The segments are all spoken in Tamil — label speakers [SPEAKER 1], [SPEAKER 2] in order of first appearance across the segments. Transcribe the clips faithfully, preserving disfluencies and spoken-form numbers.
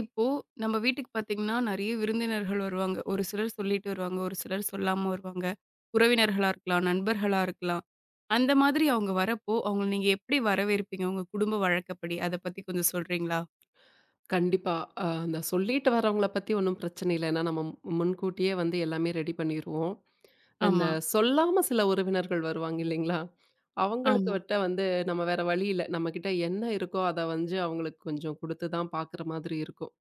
[SPEAKER 1] இப்போ நம்ம வீட்டுக்கு பார்த்தீங்கன்னா, நெறைய விருந்தினர்கள் வருவாங்க. ஒரு சிலர் சொல்லிட்டு வருவாங்க. ஒரு சிலர் சொல்லாம வருவாங்க. உறவினர்களா இருக்கலாம், நண்பர்களா இருக்கலாம். அந்த மாதிரி அவங்க வரப்போ, அவங்கள நீங்க எப்படி வரவேற்பீங்க? உங்க குடும்ப வழக்கப்படி, அத பத்தி கொஞ்சம் சொல்றீங்களா?
[SPEAKER 2] கண்டிப்பா. அ அந்த சொல்லிட்டு வரவங்கள பத்தி ஒண்ணும் பிரச்சனை இல்ல. ஏன்னா நம்ம மு- முன்கூட்டியே வந்து எல்லாமே ரெடி பண்ணிருவோம். இந்த
[SPEAKER 1] ஆமா,
[SPEAKER 2] சொல்லாம சில உறவினர்கள் வருவாங்க இல்லைங்களா? அவங்களுக்கு
[SPEAKER 1] ஆமா.
[SPEAKER 2] விட்ட வந்து நம்ம வேற வழி இல்ல. நம்மகிட்ட என்ன இருக்கோ அத வந்து அவங்களுக்கு கொஞ்சம் குடுத்து தான் பாக்குற மாதிரி இருக்கும்.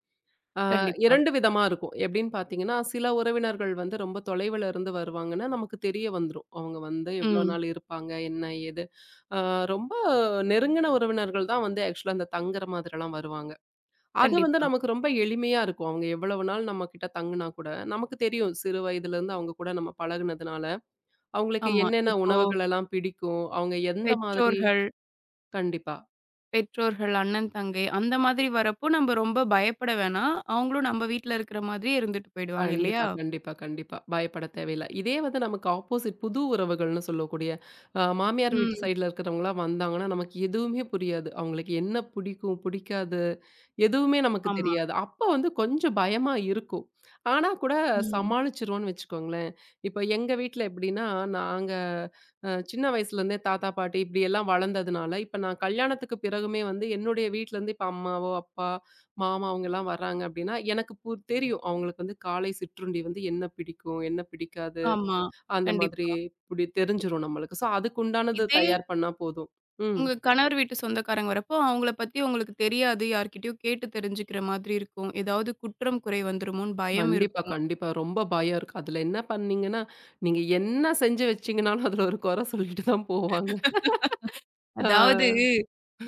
[SPEAKER 2] அ
[SPEAKER 1] கண்டிப்பா.
[SPEAKER 2] இரண்டு விதமா இருக்கும். எப்படின்னு பாத்தீங்கன்னா, சில உறவினர்கள் வந்து ரொம்ப தொலைவுல இருந்து வருவாங்கன்னா, நமக்கு தெரிய வந்துரும். அவங்க வந்து எவ்வளோ
[SPEAKER 1] ம்.
[SPEAKER 2] நாள் இருப்பாங்க, என்ன ஏது? அ ரொம்ப நெருங்கின உறவினர்கள் தான் வந்து ஆக்சுவலா அந்த தங்குற மாதிரிலாம் வருவாங்க. அது வந்து
[SPEAKER 1] கண்டிப்பா.
[SPEAKER 2] நமக்கு ரொம்ப எளிமையா இருக்கும். அவங்க எவ்வளவு நாள் நம்மகிட்ட தங்கினா கூட, நமக்கு தெரியும் சிறு வயதிலிருந்து அவங்க கூட நம்ம பழகுனதுனால, அவங்களுக்கு
[SPEAKER 1] ஆமா.
[SPEAKER 2] என்னென்ன
[SPEAKER 1] இப்போ
[SPEAKER 2] உணவுகள் எல்லாம் பிடிக்கும், அவங்க எந்த மாதிரி
[SPEAKER 1] பெற்றோர்கள்,
[SPEAKER 2] கண்டிப்பா.
[SPEAKER 1] பெற்றோர்கள், அண்ணன், தங்கை அந்த மாதிரி வரப்போ நம்ம ரொம்ப பயப்பட வேணாம். அவங்களும் நம்ம வீட்ல இருக்கிற மாதிரியே இருந்துட்டு போயிடுவாங்க
[SPEAKER 2] கண்டிப்பா,
[SPEAKER 1] இல்லையா?
[SPEAKER 2] கண்டிப்பா, கண்டிப்பா. பயப்பட தேவையில்ல. இதே வந்து நமக்கு ஆப்போசிட் புது உறவுகள்னு சொல்லக்கூடிய, அ மாமியார் வீட்டு
[SPEAKER 1] ம்.
[SPEAKER 2] சைடுல இருக்கிறவங்கலாம் வந்தாங்கன்னா, நமக்கு எதுவுமே புரியாது. அவங்களுக்கு என்ன பிடிக்கும், பிடிக்காது, எதுவுமே நமக்கு
[SPEAKER 1] ஆமா.
[SPEAKER 2] தெரியாது. அப்ப வந்து கொஞ்சம் பயமா இருக்கும். ஆனா கூட
[SPEAKER 1] ம்.
[SPEAKER 2] சமாளிச்சுருவோம்னு வச்சுக்கோங்களேன். இப்ப எங்க வீட்ல எப்படின்னா, நாங்க அ சின்ன வயசுலேருந்தே தாத்தா, பாட்டி இப்படியெல்லாம் வளர்ந்ததுனால, இப்ப நான் கல்யாணத்துக்கு பிறகுமே வந்து என்னுடைய வீட்லேருந்து இப்ப அம்மாவோ, அப்பா மாமா அவங்கலாம் வர்றாங்க அப்படின்னா, எனக்கு பு தெரியும். அவங்களுக்கு வந்து காலை சிற்றுண்டி வந்து என்ன பிடிக்கும், என்ன பிடிக்காது,
[SPEAKER 1] ஆமா.
[SPEAKER 2] அந்த மாதிரி
[SPEAKER 1] கண்டிப்பா.
[SPEAKER 2] இப்படி தெரிஞ்சிரும் நம்மளுக்கு. ஸோ அதுக்குண்டானது
[SPEAKER 1] இதே
[SPEAKER 2] தயார் பண்ணா போதும். ம்.
[SPEAKER 1] உங்க கணவர் வீட்டு சொந்தக்காரங்க வரப்போ, அவங்கள பத்தி உங்களுக்கு தெரியாது. யார்கிட்டயும் கேட்டு தெரிஞ்சுக்கிற மாதிரி இருக்கும். ஏதாவது குற்றம், குறை வந்துருமோன்னு பயம்
[SPEAKER 2] கண்டிப்பா,
[SPEAKER 1] இருக்கும்.
[SPEAKER 2] கண்டிப்பா. ரொம்ப பயம் இருக்கு. அதுல என்ன பண்ணீங்கன்னா, நீங்க என்ன செஞ்சு வச்சீங்கனாலும், அதுல ஒரு குறை சொல்லிட்டு தான் போவாங்க. ஆ.
[SPEAKER 1] அதாவது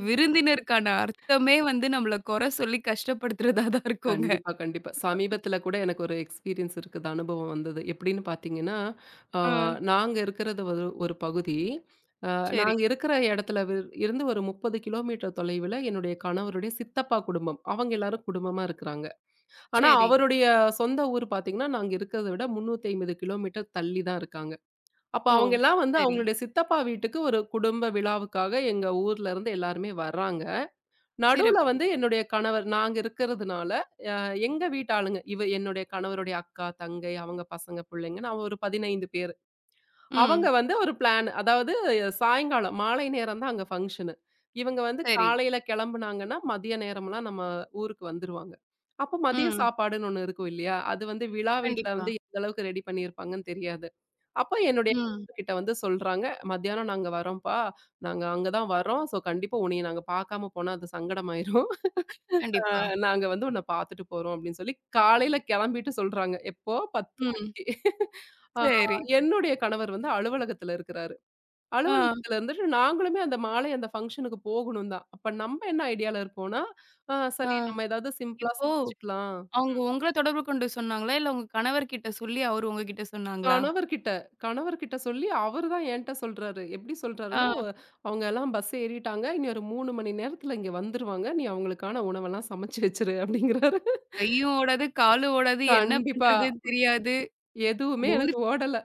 [SPEAKER 1] விருந்தினருக்கான அர்த்தமே வந்து நம்மள குறை சொல்லி கஷ்டப்படுத்துறதா தான் இருக்குங்க.
[SPEAKER 2] கண்டிப்பா, கண்டிப்பா. சமீபத்தில கூட எனக்கு ஒரு எக்ஸ்பீரியன்ஸ் இருக்குது. அனுபவம் வந்தது. எப்படின்னு பார்த்தீங்கன்னா, ஆ
[SPEAKER 1] ஆ.
[SPEAKER 2] நாங்க இருக்கிறது ஒரு ஒரு பகுதி. அ
[SPEAKER 1] சரி,
[SPEAKER 2] நாங்க இருக்கிற இடத்துல வி இருந்து ஒரு முப்பது கிலோமீட்டர் தொலைவில என்னுடைய கணவருடைய சித்தப்பா குடும்பம். அவங்க எல்லாரும் குடும்பமா இருக்கிறாங்க. ஆனா
[SPEAKER 1] சரி.
[SPEAKER 2] அவருடைய சொந்த ஊர் பார்த்தீங்கன்னா, நாங்க இருக்கிறத விட முந்நூற்று ஐம்பது கிலோமீட்டர் தள்ளி தான் இருக்காங்க. அப்ப
[SPEAKER 1] ஓ!
[SPEAKER 2] அவங்க எல்லாம் வந்து
[SPEAKER 1] சரி.
[SPEAKER 2] அவங்களுடைய சித்தப்பா வீட்டுக்கு ஒரு குடும்ப விழாவுக்காக எங்க ஊர்ல இருந்து எல்லாருமே வர்றாங்க. நடுவுல
[SPEAKER 1] சிறப்பு.
[SPEAKER 2] வந்து என்னுடைய கணவர் நாங்க இருக்கிறதுனால எங்க வீட்டு ஆளுங்க. இவ என்னுடைய கணவருடைய அக்கா, தங்கை, அவங்க பசங்க, புள்ளைங்கன்னு அவ ஒரு பதினைந்து பேரு. அவங்க
[SPEAKER 1] ம்.
[SPEAKER 2] வந்து ஒரு பிளான் அதாவது சாயங்காலம் மாலை நேரம் தான் அங்க ஃபங்ஷனு. இவங்க வந்து
[SPEAKER 1] சரி.
[SPEAKER 2] காலையில கிளம்புனாங்கன்னா, மதிய நேரம்லாம் நம்ம ஊருக்கு வந்துருவாங்க. அப்போ மதிய
[SPEAKER 1] ம்.
[SPEAKER 2] சாப்பாடுன்னு ஒண்ணு இருக்கும் இல்லையா? அது வந்து விழா வீட்ல
[SPEAKER 1] கண்டிப்பா.
[SPEAKER 2] வந்து எந்த அளவுக்கு ரெடி பண்ணியிருப்பாங்கன்னு தெரியாது. அப்போ என்னுடைய
[SPEAKER 1] ம்.
[SPEAKER 2] கிட்ட வந்து சொல்றாங்க, "மத்தியானம் நாங்க வரோம்ப்பா. நாங்க அங்க தான் வரோம். ஸோ கண்டிப்பா உன்னைய நாங்க பார்க்காம போனா அது சங்கடமாயிரும். அ
[SPEAKER 1] கண்டிப்பா.
[SPEAKER 2] நாங்க வந்து உன்ன பாத்துட்டு போறோம் அப்படின்னு சொல்லி காலையில கிளம்பிட்டு சொல்றாங்க. எப்போ பத்து
[SPEAKER 1] ம்.
[SPEAKER 2] மணிக்கு. ஆ
[SPEAKER 1] சரி.
[SPEAKER 2] என்னுடைய கணவர் வந்து அலுவலகத்துல இருக்கிறாரு.
[SPEAKER 1] ஆ,
[SPEAKER 2] அலுவலகத்துல இருந்துட்டு நாங்களுமே அந்த மாலை அந்த ஃபங்ஷனுக்கு போகணும் தான். அப்ப நம்ம என்ன ஐடியால இருப்போம்னா, ஆ
[SPEAKER 1] ஆ.
[SPEAKER 2] சரி நம்ம ஏதாவது சிம்பிளா
[SPEAKER 1] இப்போ
[SPEAKER 2] சமைச்சுக்கலாம்.
[SPEAKER 1] அவங்க உங்கள தொடர்பு கொண்டு சொன்னாங்களா? இல்ல உங்க கணவர் கிட்ட சொல்லி அவரு உங்ககிட்ட சொன்னாங்களா?
[SPEAKER 2] கணவர்கிட்ட கணவர்கிட்ட சொல்லி அவரு தான் என்ட்ட சொல்றாரு. எப்படி
[SPEAKER 1] ஆ.
[SPEAKER 2] சொல்றாருன்னா, "அவ- அவங்க எல்லாம் பஸ் ஏறிட்டாங்க. இனி ஒரு மூன்று மணி நேரத்துல இங்க வந்துருவாங்க. நீ அவங்களுக்கான உணவெல்லாம் சமைச்சு வச்சுரு அப்படிங்கிறாரு.
[SPEAKER 1] கையும் ஓடாது, காலும் ஓடாது. என்ன
[SPEAKER 2] கண்டிப்பா.
[SPEAKER 1] பண்றதுன்னு தெரியாது.
[SPEAKER 2] எதுவுமே
[SPEAKER 1] ஒரு
[SPEAKER 2] எனக்கு ஓடல.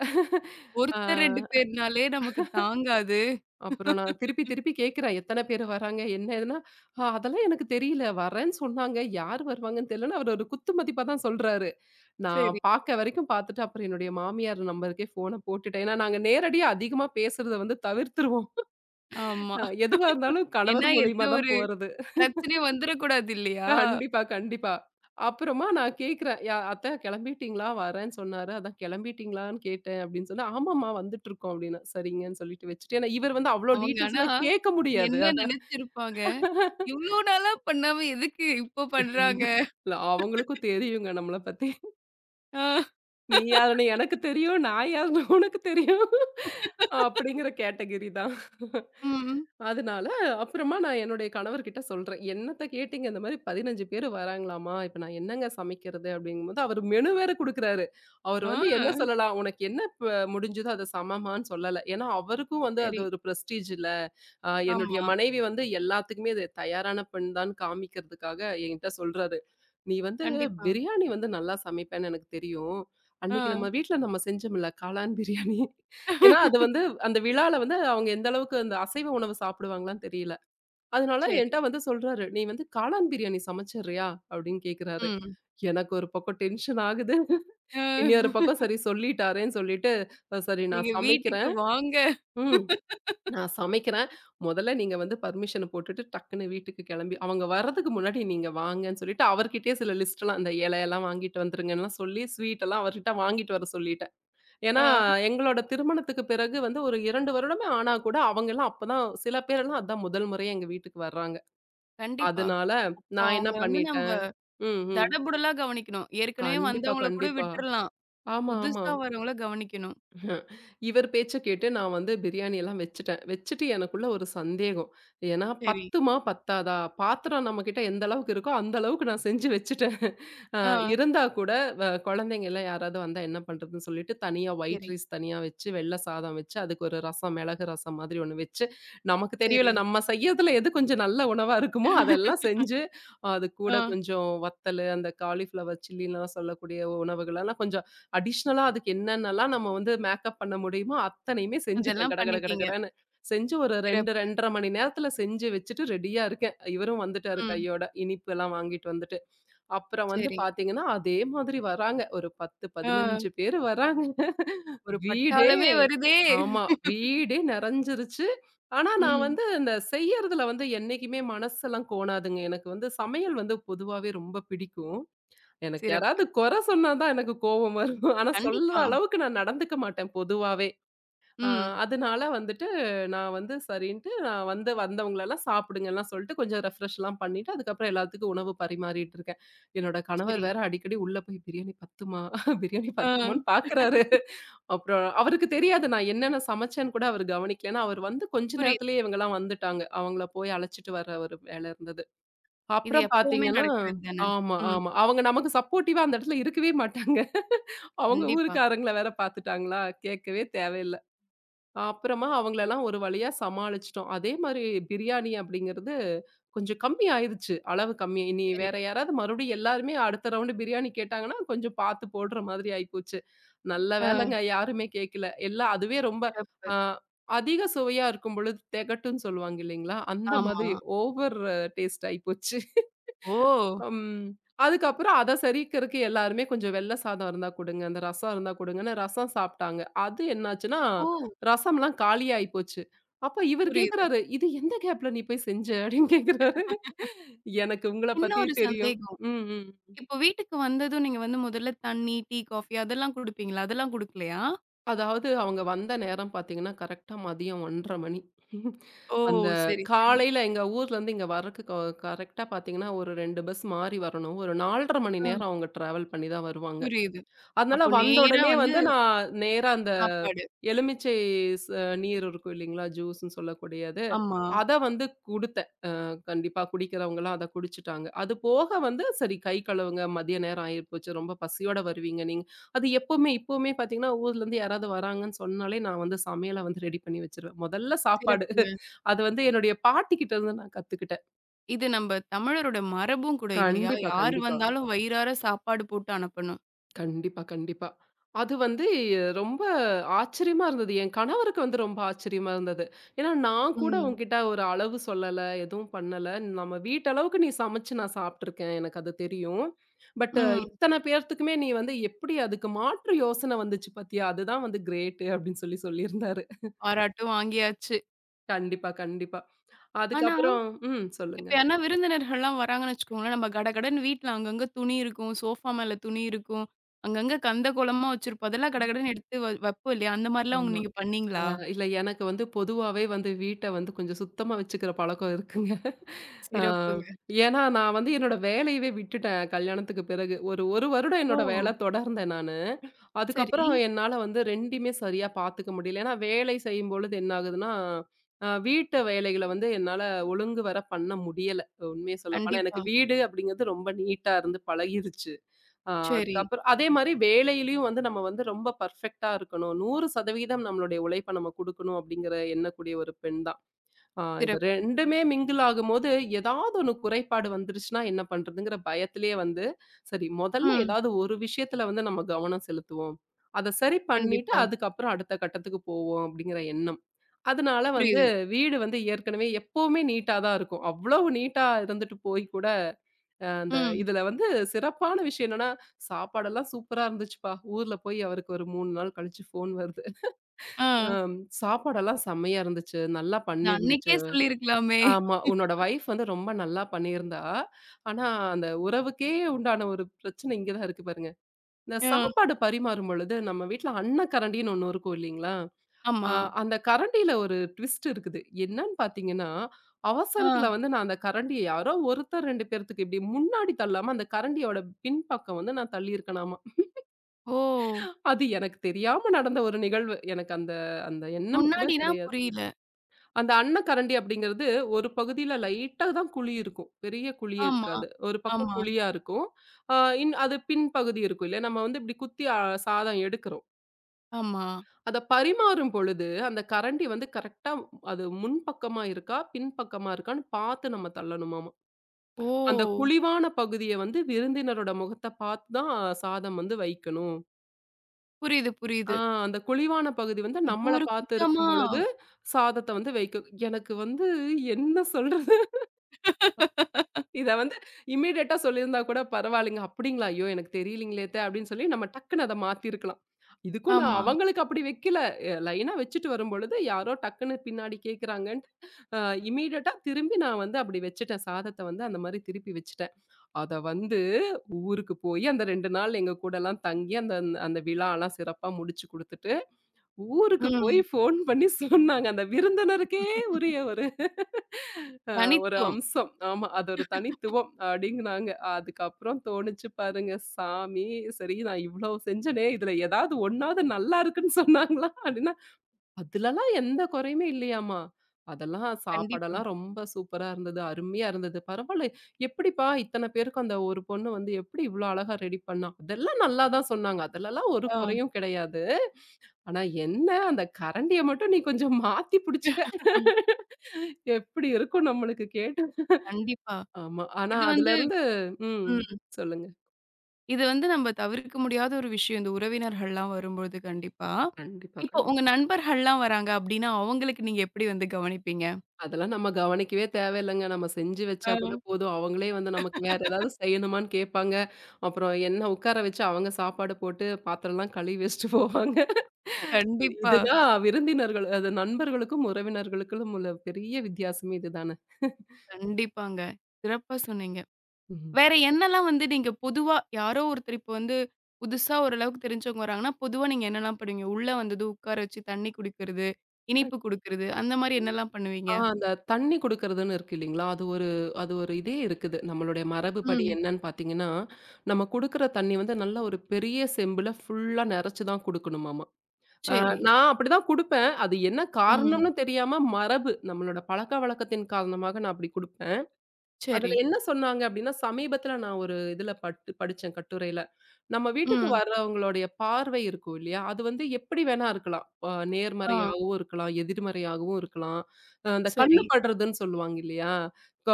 [SPEAKER 2] ஆ
[SPEAKER 1] ஒருத்தர் ரெண்டு பேர்னாலே நமக்கு தாங்காது.
[SPEAKER 2] அப்புறம் நான் திருப்பி திருப்பி கேட்கிறேன். எத்தன பேர் வராங்க? என்ன ஏதுன்னா, "அ அதெல்லாம் எனக்கு தெரியல. வரேன்னு சொன்னாங்க. யார் வருவாங்கன்னு தெரியலன்னு" அவரு ஒரு குத்து மதிப்பா தான் சொல்றாரு. நான்
[SPEAKER 1] சரி.
[SPEAKER 2] பார்க்க வரைக்கும் பார்த்துட்டு, அப்புறம் என்னுடைய மாமியார் நம்பருக்கே ஃபோன போட்டுட்டேன். ஏன்னா, நாங்க நேரடியா அதிகமா பேசுறத வந்து தவிர்த்துருவோம்.
[SPEAKER 1] ஆமா.
[SPEAKER 2] நான் எதுவா இருந்தாலும்
[SPEAKER 1] ஏன்னா
[SPEAKER 2] கணவர்
[SPEAKER 1] எந்த
[SPEAKER 2] மூலியமா தான்
[SPEAKER 1] ஒரு
[SPEAKER 2] போறது.
[SPEAKER 1] பிரச்சனையும் வந்துரக்கூடாது இல்லையா?
[SPEAKER 2] கண்டிப்பா, கண்டிப்பா. அப்புறமா நான் கேட்கிறேன், "ய அத்தை கிளம்பிட்டீங்களா? வரேன்னு சொன்னாரு. அதான் கிளம்பிட்டீங்களான்னு கேட்டேன்" அப்படின்னு சொன்னா, "ஆமாம்மா வந்துட்டுருக்கோம்" அப்படின்னா, சரிங்கன்னு சொல்லிட்டு வச்சுட்டு ஏன்னா இவர் வந்து அவ்வளோ
[SPEAKER 1] அவங்க ஆனா
[SPEAKER 2] டீட்டெயில்ஸ்லாம் கேட்க முடியாது.
[SPEAKER 1] என்ன நெனச்சிருப்பாங்க? இவ்ளோ நாளா பண்ணாம எதுக்கு இப்போ பண்றாங்க?
[SPEAKER 2] இல்ல அவங்களுக்கும் தெரியுங்க நம்மள பத்தி.
[SPEAKER 1] ஆ.
[SPEAKER 2] "நீ யாருன்னு எனக்கு தெரியும், நான் யாருன்னு உனக்கு தெரியும்" அப்படிங்கிற கேட்டகரி தான்.
[SPEAKER 1] ம்.
[SPEAKER 2] அதனால அப்புறமா நான் என்னுடைய கணவர்கிட்ட சொல்றேன். "என்னத்த கேட்டீங்க? இந்த மாரி பதினைந்து பேரு வராங்களாமா, இப்ப நான் என்னங்க சமைக்கிறது?" அப்படிங்கும்போது அவரு மெனு வேற குடுக்குறாரு. அவரு
[SPEAKER 1] ஆ
[SPEAKER 2] வந்து என்ன சொல்லலாம், "உனக்கு என்ன ப முடிஞ்சதோ அத சமமான்னு" சொல்லல. ஏன்னா அவருக்கும் வந்து
[SPEAKER 1] சரி.
[SPEAKER 2] அது ஒரு பிரஸ்டீஜ் இல்ல. அ என்னுடைய
[SPEAKER 1] ஆமா.
[SPEAKER 2] மனைவி வந்து எல்லாத்துக்குமே இது தயாரான பெண் தான் காமிக்கிறதுக்காக என்கிட்ட சொல்றாரு. "நீ வந்து
[SPEAKER 1] கண்டிப்பா.
[SPEAKER 2] பிரியாணி வந்து நல்லா சமைப்பேன்னு எனக்கு தெரியும்.
[SPEAKER 1] ஆ.
[SPEAKER 2] அன்னைக்கு நம்ம வீட்ல நம்ம செஞ்சோம்ல, காளான் பிரியாணி." ஏன்னா அது வந்து அந்த விழால வந்து அவங்க எந்த அளவுக்கு அந்த அசைவ உணவு சாப்பிடுவாங்களான்னு தெரியல. அதனால என்ட்ட
[SPEAKER 1] சரி.
[SPEAKER 2] வந்து சொல்றாரு, "நீ வந்து காளான் பிரியாணி சமைச்சர்றியா?" அப்படின்னு கேட்குறாரு.
[SPEAKER 1] ம்.
[SPEAKER 2] எனக்கு ஒரு பக்கம் டென்ஷன் ஆகுது.
[SPEAKER 1] அ
[SPEAKER 2] இன்னொரு பக்கம் சரி சொல்லிட்டாரேன்னு சொல்லிட்டு, அ சரி நான்
[SPEAKER 1] நீங்க வீட்டுக்கு
[SPEAKER 2] சமைக்கிறேன்.
[SPEAKER 1] வாங்க.
[SPEAKER 2] ம். நான் சமைக்கிறேன். "முதல்ல நீங்க வந்து பர்மிஷன போட்டுட்டு டக்குன்னு வீட்டுக்கு கிளம்பி அவங்க வர்றதுக்கு முன்னாடி நீங்க வாங்கன்னு" சொல்லிட்டு அவர்கிட்டயே சில லிஸ்ட்லாம் அந்த இலையெல்லாம் வாங்கிட்டு வந்துருங்கன்லாம் சொல்லி, ஸ்வீட் எல்லாம் அவர்கிட்ட வாங்கிட்டு வர சொல்லிட்டேன். ஏன்னா,
[SPEAKER 1] ஆ.
[SPEAKER 2] எங்களோட திருமணத்துக்கு பிறகு வந்து ஒரு இரண்டு வருடமே ஆனா கூட, அவங்கலாம் அப்பதான் சில பேரெல்லாம் அதான் முதல் முறையா எங்க வீட்டுக்கு வர்றாங்க.
[SPEAKER 1] கண்டிப்பா.
[SPEAKER 2] அதனால
[SPEAKER 1] அப்போ
[SPEAKER 2] நான் என்ன
[SPEAKER 1] அவங்கள வந்து நம்ப
[SPEAKER 2] பண்ணிட்டேன் ம், ம்.
[SPEAKER 1] தடபுடலா கவனிக்கணும். ஏற்கனவே
[SPEAKER 2] கண்டிப்பா,
[SPEAKER 1] வந்தவங்கள கூட
[SPEAKER 2] கண்டிப்பா.
[SPEAKER 1] விட்டுறலாம்.
[SPEAKER 2] ஆமா, ஆமா.
[SPEAKER 1] புதுசா வரவங்கள கவனிக்கணும்.
[SPEAKER 2] இவர் பேச்ச கேட்டு நான் வந்து பிரியாணி எல்லாம் வச்சுட்டேன். வச்சுட்டு எனக்குள்ள ஒரு சந்தேகம். ஏன்னா
[SPEAKER 1] சரி.
[SPEAKER 2] பத்துமா? பத்தாதா? பாத்திரம் நம்மகிட்ட எந்த அளவுக்கு இருக்கோ, அந்த அளவுக்கு நான் செஞ்சு வச்சுட்டேன். அ
[SPEAKER 1] ஆ.
[SPEAKER 2] இருந்தா கூட வ குழந்தைங்கலாம் யாராவது வந்தா என்ன பண்றதுன்னு சொல்லிட்டு, தனியா ஒயிட்
[SPEAKER 1] சரி,
[SPEAKER 2] ரைஸ் தனியா வச்சு, வெள்ள சாதம் வச்சு, அதுக்கு ஒரு ரசம், மிளகு ரசம் மாதிரி ஒண்ணு வச்சு, நமக்கு தெரியல
[SPEAKER 1] சரி.
[SPEAKER 2] நம்ம செய்யறதுல எது கொஞ்சம் நல்ல உணவா இருக்குமோ, அதெல்லாம் செஞ்சு, அது கூட
[SPEAKER 1] ஆ.
[SPEAKER 2] கொஞ்சம் வத்தலு, அந்த காலிஃப்ளவர் சில்லிலாம் சொல்லக்கூடிய உணவுகளெல்லாம் கொஞ்சம் அடிஷ்னலா அதுக்கு என்னென்னலாம் நம்ம வந்து மேக்கப் பண்ண முடியுமோ அத்தனையுமே செஞ்சுட்டேன்
[SPEAKER 1] அதெல்லாம்
[SPEAKER 2] கட கட கட
[SPEAKER 1] பண்ணிட்டீங்க.
[SPEAKER 2] கடன்னு. செஞ்சு ஒரு இரண்டு,
[SPEAKER 1] சிறப்
[SPEAKER 2] இரண்டு அரை மணி நேரத்துல செஞ்சு வச்சுட்டு ரெடியா இருக்கேன். இவரும் வந்துட்டாரு
[SPEAKER 1] ம்.
[SPEAKER 2] கையோட, இனிப்புலாம் வாங்கிட்டு வந்துட்டு. அப்புறம் வந்து
[SPEAKER 1] சரி.
[SPEAKER 2] பார்த்தீங்கன்னா, அதே மாதிரி வராங்க. ஒரு பத்து,
[SPEAKER 1] ஆ.
[SPEAKER 2] பதினைந்து பேரு வராங்க.
[SPEAKER 1] ஒரு
[SPEAKER 2] வீடே
[SPEAKER 1] பட்டாளமே வருதே!
[SPEAKER 2] ஆமா. வீடே நெறஞ்சிருச்சு. ஆனா நான்
[SPEAKER 1] ம்.
[SPEAKER 2] வந்து இந்த செய்யறதுல வந்து என்னைக்குமே மனசெல்லாம் கோணாதுங்க. எனக்கு வந்து சமையல் வந்து பொதுவாவே ரொம்ப பிடிக்கும். எனக்கு யாராவது
[SPEAKER 1] சிறப்பு.
[SPEAKER 2] குறை சொன்னா தான் எனக்கு கோவம் வரும். ஆனா சொல்ற
[SPEAKER 1] கண்டிப்பா.
[SPEAKER 2] அளவுக்கு நான் நடந்துக்க மாட்டேன் பொதுவாவே. ஆ
[SPEAKER 1] ம்.
[SPEAKER 2] அதனால வந்துட்டு நான் வந்து சரின்ட்டு நான் வந்து வந்தவங்களலாம் சாப்பிடுங்கலாம் சொல்லிட்டு கொஞ்சம் ரெஃப்ரெஷ்லாம் பண்ணிட்டு, அதுக்கப்புறம் எல்லாத்துக்கும் உணவு பரிமாறிட்டு இருக்கேன். என்னோட கணவர்
[SPEAKER 1] சரி.
[SPEAKER 2] வேற அடிக்கடி உள்ள போய் பிரியாணி பத்துமா? பிரியாணி
[SPEAKER 1] ஆ.
[SPEAKER 2] பத்துமான்னு பார்க்குறாரு. அப்புறம் அவருக்கு தெரியாது நான் என்னென்ன சமைச்சேன்னு கூட அவர் கவனிக்கல. ஏன்னா அவர் வந்து கொஞ்ச
[SPEAKER 1] புரியுது.
[SPEAKER 2] நேரத்திலேயே இவங்கலாம் வந்துட்டாங்க. அவங்கள போய் அழைச்சிட்டு வர ஒரு வேலை இருந்தது.
[SPEAKER 1] இது
[SPEAKER 2] அப்புறம்
[SPEAKER 1] எப்பவுமே
[SPEAKER 2] பார்த்தீங்கன்னா
[SPEAKER 1] நடக்கிறது தானே!
[SPEAKER 2] ஆமா,
[SPEAKER 1] ம்.
[SPEAKER 2] ஆமா. அவங்க நமக்கு சப்போர்ட்டிவா அந்த இடத்துல இருக்கவே மாட்டாங்க. அவங்க
[SPEAKER 1] கண்டிப்பா.
[SPEAKER 2] ஊருக்காரங்கள வேற பார்த்துட்டாங்களா, கேட்கவே தேவையில்ல. அப்புறமா அவங்களலாம் ஒரு வழியா சமாளிச்சுட்டோம். அதே மாரி பிரியாணி அப்படிங்கிறது கொஞ்சம் கம்மி ஆயிருச்சு. அளவு கம்மி. இனி
[SPEAKER 1] சரி.
[SPEAKER 2] வேற யாராவது மறுபடியும் எல்லாருமே அடுத்த ரவுண்டு பிரியாணி கேட்டாங்கன்னா, கொஞ்சம் பார்த்து போடுற மாதிரி ஆயிப்போச்சு. நல்ல
[SPEAKER 1] ஆ.
[SPEAKER 2] வேலைங்க யாருமே கேட்கல. எல்லாம் அதுவே ரொம்ப
[SPEAKER 1] சிறப்பு.
[SPEAKER 2] அ அதிக சுவையா இருக்கும் பொழுது தெகட்டுன்னு சொல்லுவாங்க இல்லைங்களா? அந்த
[SPEAKER 1] ஆமா.
[SPEAKER 2] மாதிரி ஓவர் டேஸ்ட் ஆயிப்போச்சு.
[SPEAKER 1] ஓ!
[SPEAKER 2] ம். அதுக்கப்புறம் அத சரிக்கிறதுக்கு எல்லாருமே கொஞ்சம் வெள்ள சாதம் இருந்தா குடுங்க, அந்த ரசம் இருந்தா குடுங்கன்னு ரசம் சாப்ட்டாங்க. அது என்னாச்சுன்னா,
[SPEAKER 1] இப்போ
[SPEAKER 2] ரசம்லாம் காலியாயி போச்சு. அப்ப இவரு
[SPEAKER 1] புரியுது.
[SPEAKER 2] கேக்குறாரு, "இது எந்த கேப்ல நீ போய் செஞ்ச?" அப்டின்னு கேக்குறாரு. எனக்கு உங்கள பத்தி
[SPEAKER 1] இன்னொரு
[SPEAKER 2] தெரியும்.
[SPEAKER 1] சந்தேகம்.
[SPEAKER 2] ம், ம்.
[SPEAKER 1] இப்போ வீட்டுக்கு வந்ததும் நீங்க வந்து முதல்ல தண்ணீ, டீ, காஃபி அதெல்லாம் குடுப்பீங்களா? அதெல்லாம் குடுக்கலையா?
[SPEAKER 2] அதாவது அவங்க வந்த நேரம் பாத்தீங்கன்னா, கரெக்ட்டா மதியம் ஒன்றரை மணி.
[SPEAKER 1] ஓ!
[SPEAKER 2] அந்த
[SPEAKER 1] சரி, சரி.
[SPEAKER 2] காலையில எங்க ஊர்லருந்து இங்க வர்றக்கு க கரெக்ட்டா பாத்தீங்கன்னா, ஒரு இரண்டு பஸ் மாறி வரணும். ஒரு நாலரை மணி
[SPEAKER 1] ஆ
[SPEAKER 2] நேரம் அவங்க டிராவல் பண்ணி தான் வருவாங்க.
[SPEAKER 1] புரியுது.
[SPEAKER 2] அதனால
[SPEAKER 1] அப்போ
[SPEAKER 2] வந்த
[SPEAKER 1] நேரா
[SPEAKER 2] உடனே
[SPEAKER 1] வந்து
[SPEAKER 2] வந்து நான் நேரா அந்த
[SPEAKER 1] சாப்பாடு.
[SPEAKER 2] எலுமிச்சை ஸ் நீர் இருக்கும் இல்லைங்களா? ஜூஸ்ன்னு சொல்லக்கூடியது.
[SPEAKER 1] ஆமா.
[SPEAKER 2] அத வந்து குடுத்தேன். அ கண்டிப்பா குடிக்கிறவங்கலாம் அத குடிச்சுட்டாங்க. அது போக வந்து சரி கை கழுவுங்க, மதிய நேரம் ஆயிப்போச்சு, ரொம்ப பசியோட வருவீங்க நீங்க. அது எப்பவுமே இப்பவுமே பார்த்தீங்கன்னா, ஊர்லேருந்து யாராவது வராங்கன்னு சொன்னாலே நான் வந்து சமையல வந்து ரெடி பண்ணி வச்சுருவேன். முதல்ல சாப்பாடு.
[SPEAKER 1] சிறப்புங்க.
[SPEAKER 2] அது வந்து என்னுடைய பாட்டிகிட்ட இருந்து நான் கத்துக்கிட்டேன்.
[SPEAKER 1] இது நம்ப தமிழரோட மரபும் கூட இல்லையா?
[SPEAKER 2] கண்டிப்பா,
[SPEAKER 1] யார்
[SPEAKER 2] கண்டிப்பா.
[SPEAKER 1] வந்தாலும் வயிறார சாப்பாடு போட்டு அனுப்பணும்.
[SPEAKER 2] கண்டிப்பா, கண்டிப்பா. அது வந்து ரொம்ப ஆச்சரியமா இருந்தது. என் கணவருக்கு வந்து ரொம்ப ஆச்சரியமா இருந்தது. ஏன்னா, நான் கூட
[SPEAKER 1] ம்.
[SPEAKER 2] உன்கிட்ட ஒரு அளவு சொல்லல, எதுவும் பண்ணல. நம்ம வீட்டளவுக்கு நீ சமைச்சு நான் சாப்பிட்டுருக்கேன். எனக்கு அது தெரியும். பட்
[SPEAKER 1] ம்.
[SPEAKER 2] இத்தன பேர்த்துக்குமே நீ வந்து எப்படி அதுக்கு மாற்று யோசனை வந்துச்சு பாத்தியா? அதுதான் வந்து கிரேட்டு அப்படின்னு சொல்லி சொல்லியிருந்தாரு.
[SPEAKER 1] பாராட்டும் வாங்கியாச்சு.
[SPEAKER 2] கண்டிப்பா, கண்டிப்பா.
[SPEAKER 1] ஆனா,
[SPEAKER 2] அதுக்கப்புறம் ம் சொல்லுங்க.
[SPEAKER 1] இப்ப யாருன்னா விருந்தினர்கள்லாம் வராங்கன்னு வச்சுக்கோங்களேன், நம்ம கடகடன்னு வீட்ல அங்கங்க துணி இருக்கும், சோஃபா மேல துணி இருக்கும், அங்கங்க கந்த கோலமா வச்சிருப்போம். அதெல்லாம் கடகடன்னு எடுத்து வ வைப்போம் இல்லையா? அந்த மாரிலாம் உங்க
[SPEAKER 2] ஆமா.
[SPEAKER 1] நீங்க
[SPEAKER 2] அ
[SPEAKER 1] பண்ணீங்களா?
[SPEAKER 2] இல்ல எனக்கு வந்து பொதுவாவே வந்து வீட்ட வந்து கொஞ்சம் சுத்தமா வச்சுக்கிற பழக்கம் இருக்குங்க. ஆ,
[SPEAKER 1] சிறப்புங்க.
[SPEAKER 2] ஏன்னா நான் வந்து என்னோட வேலையவே விட்டுட்டேன் கல்யாணத்துக்கு பிறகு. ஒரு 1 வருடம்
[SPEAKER 1] ஓ!
[SPEAKER 2] என்னோட வேலை தொடர்ந்தேன் நானு.
[SPEAKER 1] சரி.
[SPEAKER 2] அதுக்கப்புறம் என்னால வந்து 2யுமே சரியா பார்த்துக்க முடியல. ஏன்னா வேலை செய்யும்பொழுது என்ன ஆகுதுன்னா, அ வீட்டு வேலைகள வந்து என்னால ஒழுங்கு வர பண்ண முடியல. உண்மைய சொல்லப்போனா எனக்கு
[SPEAKER 1] கண்டிப்பா.
[SPEAKER 2] வீடு அப்படிங்கிறது ரொம்ப நீட்டா இருந்து பழகிருச்சு. ஆ
[SPEAKER 1] சரி.
[SPEAKER 2] அதுக்கப்புறம் அதே மாரி வேலையிலயும் வந்து நம்ம வந்து ரொம்ப பெர்ஃபெக்ட்டா இருக்கணும். நூறு சதவீதம் நம்மளுடைய உழைப்ப நம்ம குடுக்கணும் அப்படிங்கிற எண்ணக்கூடிய ஒரு பெண் தான். ஆ இது
[SPEAKER 1] சிறப்பு.
[SPEAKER 2] 2மே மிங்கிள் ஆகும்போது, ஏதாவது ஒண்ணு குறைபாடு வந்துருச்சுன்னா என்ன பண்றதுங்கிற பயத்திலேயே வந்து, சரி முதல்ல
[SPEAKER 1] ம்.
[SPEAKER 2] ஏதாவது ஒரு விஷயத்துல வந்து நம்ம கவனம் செலுத்துவோம். அத சரி பண்ணிட்டு,
[SPEAKER 1] கண்டிப்பா.
[SPEAKER 2] அதுக்கப்புறம் அடுத்த கட்டத்துக்கு போவோம் அப்படிங்கிற எண்ணம். அதனால வந்து
[SPEAKER 1] புரியுது.
[SPEAKER 2] வீடு வந்து ஏற்கனவே எப்பவுமே நீட்டா தான் இருக்கும். அவ்வளவு நீட்டா இருந்துட்டு போய் கூட, அ அந்த
[SPEAKER 1] ம்.
[SPEAKER 2] இதுல வந்து சிறப்பான விஷயம் என்னன்னா, சாப்பாடெல்லாம் சூப்பரா இருந்துச்சுப்பா. ஊர்ல போய் அவருக்கு ஒரு மூன்று நாள் கழிச்சு ஃபோன் வருது.
[SPEAKER 1] ஆ.
[SPEAKER 2] அம் சாப்பாடெல்லாம் செம்மையா இருந்துச்சு. நல்லா
[SPEAKER 1] அது
[SPEAKER 2] பண்ணியிருந்துச்சு.
[SPEAKER 1] அன்னைக்கே சொல்லியிருக்கலாமே!
[SPEAKER 2] ஆமா. உன்னோட வைஃப் வந்து ரொம்ப நல்லா பண்ணியிருந்தா, ஆனா அந்த உறவுக்கே உண்டான ஒரு பிரச்சனை இங்க தான் இருக்கு பாருங்க. இந்த
[SPEAKER 1] ஆ.
[SPEAKER 2] சாப்பாடு பரிமாறும் பொழுது நம்ம வீட்ல அன்ன கரண்டின்னு ஒண்ணு இருக்கும் இல்லீங்களா? அ
[SPEAKER 1] ஆமா.
[SPEAKER 2] அந்த கரண்டில ஒரு ட்விஸ்ட் இருக்குது. என்னன்னு பார்த்தீங்கன்னா,
[SPEAKER 1] ஆ.
[SPEAKER 2] அவசரத்துல வந்து நான் அந்த கரண்டிய யாரோ ஒருத்தர் இரண்டு பேர்த்துக்கு இப்டி முன்னாடி தள்ளாம அந்த கரண்டியோட பின்பக்கம் வந்து நான் தள்ளியிருக்கனாமா.
[SPEAKER 1] ஓ!
[SPEAKER 2] அது எனக்கு தெரியாம நடந்த ஒரு நிகழ்வு. எனக்கு அந்த அந்த எண்ணம் கூட
[SPEAKER 1] முன்னாடினா
[SPEAKER 2] கிடையாது.
[SPEAKER 1] புரியல.
[SPEAKER 2] அந்த அன்னக்கரண்டி அப்படிங்கிறது ஒரு பகுதியில லைட்டா தான் குழி இருக்கும். பெரிய குழியே
[SPEAKER 1] ஆமா.
[SPEAKER 2] இருக்காது. ஒரு பக்கம்
[SPEAKER 1] ஆமா.
[SPEAKER 2] குழியா இருக்கும். அ இன் அது பின்பகுதி இருக்கும் இல்லையா? நம்ம வந்து இப்படி குத்தி அ சாதம் எடுக்கிறோம்.
[SPEAKER 1] ஆமா.
[SPEAKER 2] அத பரிமாறும் பொழுது, அந்த கரண்டி வந்து கரெக்ட்டா அது முன்பக்கமா இருக்கா? பின்பக்கமா இருக்கான்னு பார்த்து நம்ம தள்ளணுமாமா.
[SPEAKER 1] ஓ!
[SPEAKER 2] அந்த குழிவான பகுதிய வந்து விருந்தினரோட முகத்த பார்த்து தான் சாதம் வந்து வைக்கணும்.
[SPEAKER 1] புரியுது,
[SPEAKER 2] ஆ
[SPEAKER 1] புரியுது.
[SPEAKER 2] அந்த குழிவான பகுதி வந்து
[SPEAKER 1] இது
[SPEAKER 2] நம்மள
[SPEAKER 1] ஒரு
[SPEAKER 2] பார்த்து இருக்கும்
[SPEAKER 1] குத்தமா?
[SPEAKER 2] பொழுது, சாதத்த வந்து வைக்க எனக்கு வந்து என்ன சொல்றது? இத வந்து இம்மீடியட்டா சொல்லியிருந்தா கூட பரவாயில்லங்க. "அப்படிங்களா? ஐயோ! எனக்கு தெரியலீங்களே அத்த" அப்படின்னு சொல்லி நம்ம டக்குன்னு அத மாத்திருக்கலாம். இதுக்கும் நான்
[SPEAKER 1] ஆமா.
[SPEAKER 2] அவங்களுக்கு அப்படி வைக்கல. அ லைனா வச்சுட்டு வரும்பொழுது, யாரோ டக்குன்னு பின்னாடி கேட்கறாங்கன்ட்டு, அ இம்மீடியட்டா திரும்பி நான் வந்து அப்படி வச்சுட்டேன். சாதத்த வந்து அந்த மாரி திருப்பி வச்சுட்டேன். அத வந்து ஊருக்கு போய் அந்த இரண்டு நாள் எங்க கூடலாம் தங்கி, அந்த அந்த விழாலாம் சிறப்பா முடிச்சு குடுத்துட்டு, ஊருக்கு போய்
[SPEAKER 1] ம்.
[SPEAKER 2] ஃபோன் பண்ணி சொன்னாங்க. அந்த விருந்தினருக்கே உரிய ஒரு அ ஒரு
[SPEAKER 1] தனித்துவம்.
[SPEAKER 2] அம்சம். ஆமா. அது ஒரு தனித்துவம் அப்டிங்குனாங்க. அதுக்கப்புறம் தோணுச்சு பாருங்க. சாமி சரி நான் இவ்ளோ செஞ்சனே, இதுல ஏதாவது ஒண்ணாவது நல்லா இருக்குன்னு சொன்னாங்களா? அப்டின்னா, அதுலலாம் எந்த குறையுமே இல்லையாம்மா. அதெல்லாம்
[SPEAKER 1] கண்டிப்பா.
[SPEAKER 2] சாப்பாடெல்லாம் ரொம்ப சூப்பரா இருந்தது. அருமையா இருந்தது. பரவால்ல எப்டிப்பா இத்தன பேருக்கு அந்த ஒரு பொண்ணு வந்து எப்டி இவ்ளோ அழகா ரெடி பண்ணா? அதெல்லாம் நல்லா தான் சொன்னாங்க. அதுலலாம் ஒரு
[SPEAKER 1] ஆ.
[SPEAKER 2] குறையும் கிடையாது. ஆனா என்ன அந்த கரண்டிய மட்டும் நீ கொஞ்சம் மாத்தி புடிச்சுட்ட. எப்படி இருக்கும் நம்மளுக்கு கேட்டா?
[SPEAKER 1] கண்டிப்பா.
[SPEAKER 2] ஆமா. ஆனா
[SPEAKER 1] இது வந்து
[SPEAKER 2] அதுலருந்து ம்.
[SPEAKER 1] ம்.
[SPEAKER 2] சொல்லுங்க.
[SPEAKER 1] இது வந்து நம்ம தவிர்க்க முடியாத ஒரு விஷயம். இந்த உறவினர்கள்லாம் வரும்பொழுது கண்டிப்பா.
[SPEAKER 2] கண்டிப்பா,
[SPEAKER 1] இப்போ
[SPEAKER 2] கண்டிப்பா.
[SPEAKER 1] உங்க நண்பர்கள்லாம் வராங்க அப்டின்னா, அவங்களுக்கு நீங்க எப்படி வந்து கவனிப்பீங்க?
[SPEAKER 2] அதெல்லாம் நம்ம கவனிக்கவே தேவையில்லங்க. நம்ம செஞ்சு வச்சா
[SPEAKER 1] ஆ
[SPEAKER 2] கூட போதும். அவங்களே வந்து நமக்கு வேற ஏதாவது செய்யணுமான்னு கேட்பாங்க. அப்புறம் என்ன உட்கார வச்சு அவங்க சாப்பாடு போட்டு பாத்திரம்லாம் கழுவி வச்சுட்டு போவாங்க.
[SPEAKER 1] கண்டிப்பா,
[SPEAKER 2] இதுதான் விருந்தினர்கள் அது நண்பர்களுக்கும், உறவினர்களுக்கும் உள்ள பெரிய வித்தியாசமே இதுதானே.
[SPEAKER 1] கண்டிப்பாங்க. சிறப்பா சொன்னீங்க.
[SPEAKER 2] ம்.
[SPEAKER 1] வேற என்னலாம் வந்து நீங்க பொதுவா யாரோ ஒருத்தர் இப்போ வந்து புதுசா ஓரளவுக்கு தெரிஞ்சவங்க வராங்கன்னா, பொதுவா நீங்க என்னலாம் பண்ணுவீங்க? உள்ள வந்ததும் உட்கார வச்சு தண்ணி குடுக்கிறது, இனிப்பு
[SPEAKER 2] கண்டிப்பா.
[SPEAKER 1] குடுக்கிறது, அந்த மாரி என்னலாம் பண்ணுவீங்க?
[SPEAKER 2] ஆ அந்த தண்ணி குடுக்கறதுன்னு இருக்கு இல்லீங்களா? அது ஒரு அது ஒரு இதே இருக்குது. நம்மளுடைய மரபுப்படி
[SPEAKER 1] ம்.
[SPEAKER 2] என்னன்னு பார்த்தீங்கன்னா, நம்ம குடுக்குற தண்ணி வந்து நல்ல ஒரு பெரிய செம்புல ஃபுல்லா நெறச்சு தான் குடுக்கணுமாமா. அ
[SPEAKER 1] சரி.
[SPEAKER 2] நான் அப்படிதான் குடுப்பேன். அது என்ன
[SPEAKER 1] ம்.
[SPEAKER 2] காரணம்னு தெரியாம மரபு, நம்மளோட பழக்கவழக்கத்தின் காரணமாக நான் அப்படி குடுப்பேன்.
[SPEAKER 1] சரி.
[SPEAKER 2] அதுல என்ன சொன்னாங்க அப்டின்னா, சமீபத்துல நான் ஒரு இதுல பட்டு படிச்சேன் கட்டுரையில. நம்ம வீட்டுக்கு
[SPEAKER 1] ம்.
[SPEAKER 2] வர்றவங்களுடைய பார்வை இருக்கும் இல்லையா? அது வந்து எப்படி வேணா இருக்கலாம். அ
[SPEAKER 1] ஆ.
[SPEAKER 2] நேர்மறையாகவும் இருக்கலாம், எதிர்மறையாகவும் இருக்கலாம். அ அந்த கண்ணு
[SPEAKER 1] சரி.
[SPEAKER 2] படுறதுன்னு சொல்லுவாங்க இல்லையா? கொ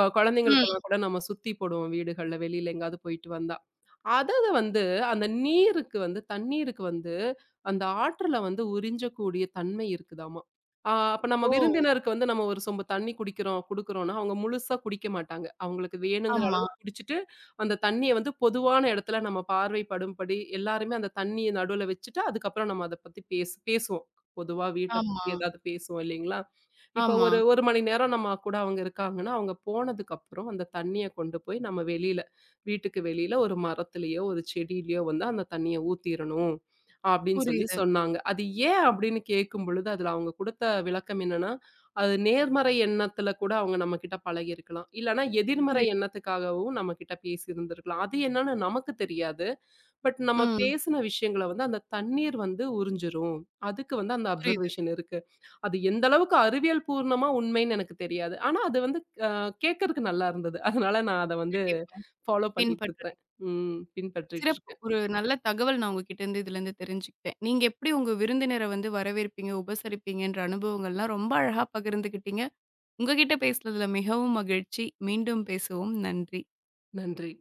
[SPEAKER 1] ம்.
[SPEAKER 2] குழந்தைங்களுக்கெல்லாம் கூட நம்ம சுத்தி போடுவோம் வீடுகள்ல, வெளியில எங்கேயாவது போயிட்டு வந்தா. அத வந்து அந்த நீருக்கு வந்து தண்ணீருக்கு வந்து அந்த ஆற்றுல வந்து உறிஞ்சக்கூடிய தன்மை இருக்குதாமா. ஆ அப்ப நம்ம
[SPEAKER 1] ஓ!
[SPEAKER 2] விருந்தினருக்கு வந்து நம்ம ஒரு சொம்பு தண்ணி குடிக்கிறோம் குடுக்குறோம்ன்னா, அவங்க முழுசா குடிக்க மாட்டாங்க. அவங்களுக்கு வேணுங்கிற
[SPEAKER 1] ஆமா,
[SPEAKER 2] அளவு குடிச்சுட்டு, அந்த தண்ணிய வந்து பொதுவான இடத்துல நம்ம பார்வைப்படும்படி எல்லாருமே அந்த தண்ணிய நடுவுல வச்சுட்டு, அதுக்கப்புறம் நம்ம அத பத்தி பேசு பேசுவோம். பொதுவா வீட்ட
[SPEAKER 1] ஆமா.
[SPEAKER 2] பத்தி ஏதாவது பேசுவோம் இல்லைங்களா? இப்ப
[SPEAKER 1] ஆமா.
[SPEAKER 2] ஒரு 1 மணி நேரம் நம்ம கூட அவங்க இருக்காங்கன்னா, அவங்க போனதுக்கப்புறம் அந்த தண்ணிய கொண்டு போய் நம்ம வெளியில வீட்டுக்கு வெளியில ஒரு மரத்துலயோ, ஒரு செடியிலயோ வந்து அந்த தண்ணிய ஊத்திரணும். அப்படின்னு சொல்லி
[SPEAKER 1] புரியுது.
[SPEAKER 2] சொன்னாங்க. அது ஏன் அப்படின்னு கேட்கும் பொழுது, அதுல அவங்க குடுத்த விளக்கம் என்னன்னா, அது நேர்மறை எண்ணத்துல கூட அவங்க நம்மகிட்ட பழகியிருக்கலாம். இல்லன்னா எதிர்மறை
[SPEAKER 1] புரி
[SPEAKER 2] எண்ணத்துக்காகவும் நம்மகிட்ட பேசியிருந்திருக்கலாம். அது என்னன்னு நமக்கு தெரியாது. பட் நம்ம
[SPEAKER 1] ம்.
[SPEAKER 2] பேசின விஷயங்கள வந்து அந்த தண்ணீர் வந்து உறிஞ்சிரும். அதுக்கு வந்து அந்த
[SPEAKER 1] புரியுது.
[SPEAKER 2] அப்சர்வேஷன் இருக்கு. அது எந்த அளவுக்கு அறிவியல் பூர்ணமா உண்மைன்னு எனக்கு தெரியாது. ஆனா அது வந்து அ கேட்கறக்கு நல்லா இருந்தது. அதனால நான் அத வந்து
[SPEAKER 1] கண்டிப்பா.
[SPEAKER 2] ஃபாலோ பண்ணிட்டு
[SPEAKER 1] பின்பற்றுறீங்க.
[SPEAKER 2] இருக்கிறேன். ம் பின்பற்றிட்டு
[SPEAKER 1] சிறப்பு.
[SPEAKER 2] இருக்கேன்.
[SPEAKER 1] ஒரு நல்ல தகவல் நான் உங்ககிட்ட இருந்து இதுலருந்து தெரிஞ்சுக்கிட்டேன். நீங்க எப்படி உங்க விருந்தினர வந்து வரவேற்பீங்க, உபசரிப்பீங்கன்ற அனுபவங்கள்லாம் ரொம்ப அழகா பகிர்ந்துக்கிட்டீங்க. உங்ககிட்ட பேசுனதுல மிகவும் மகிழ்ச்சி. மீண்டும் பேசுவோம். நன்றி.
[SPEAKER 2] நன்றி.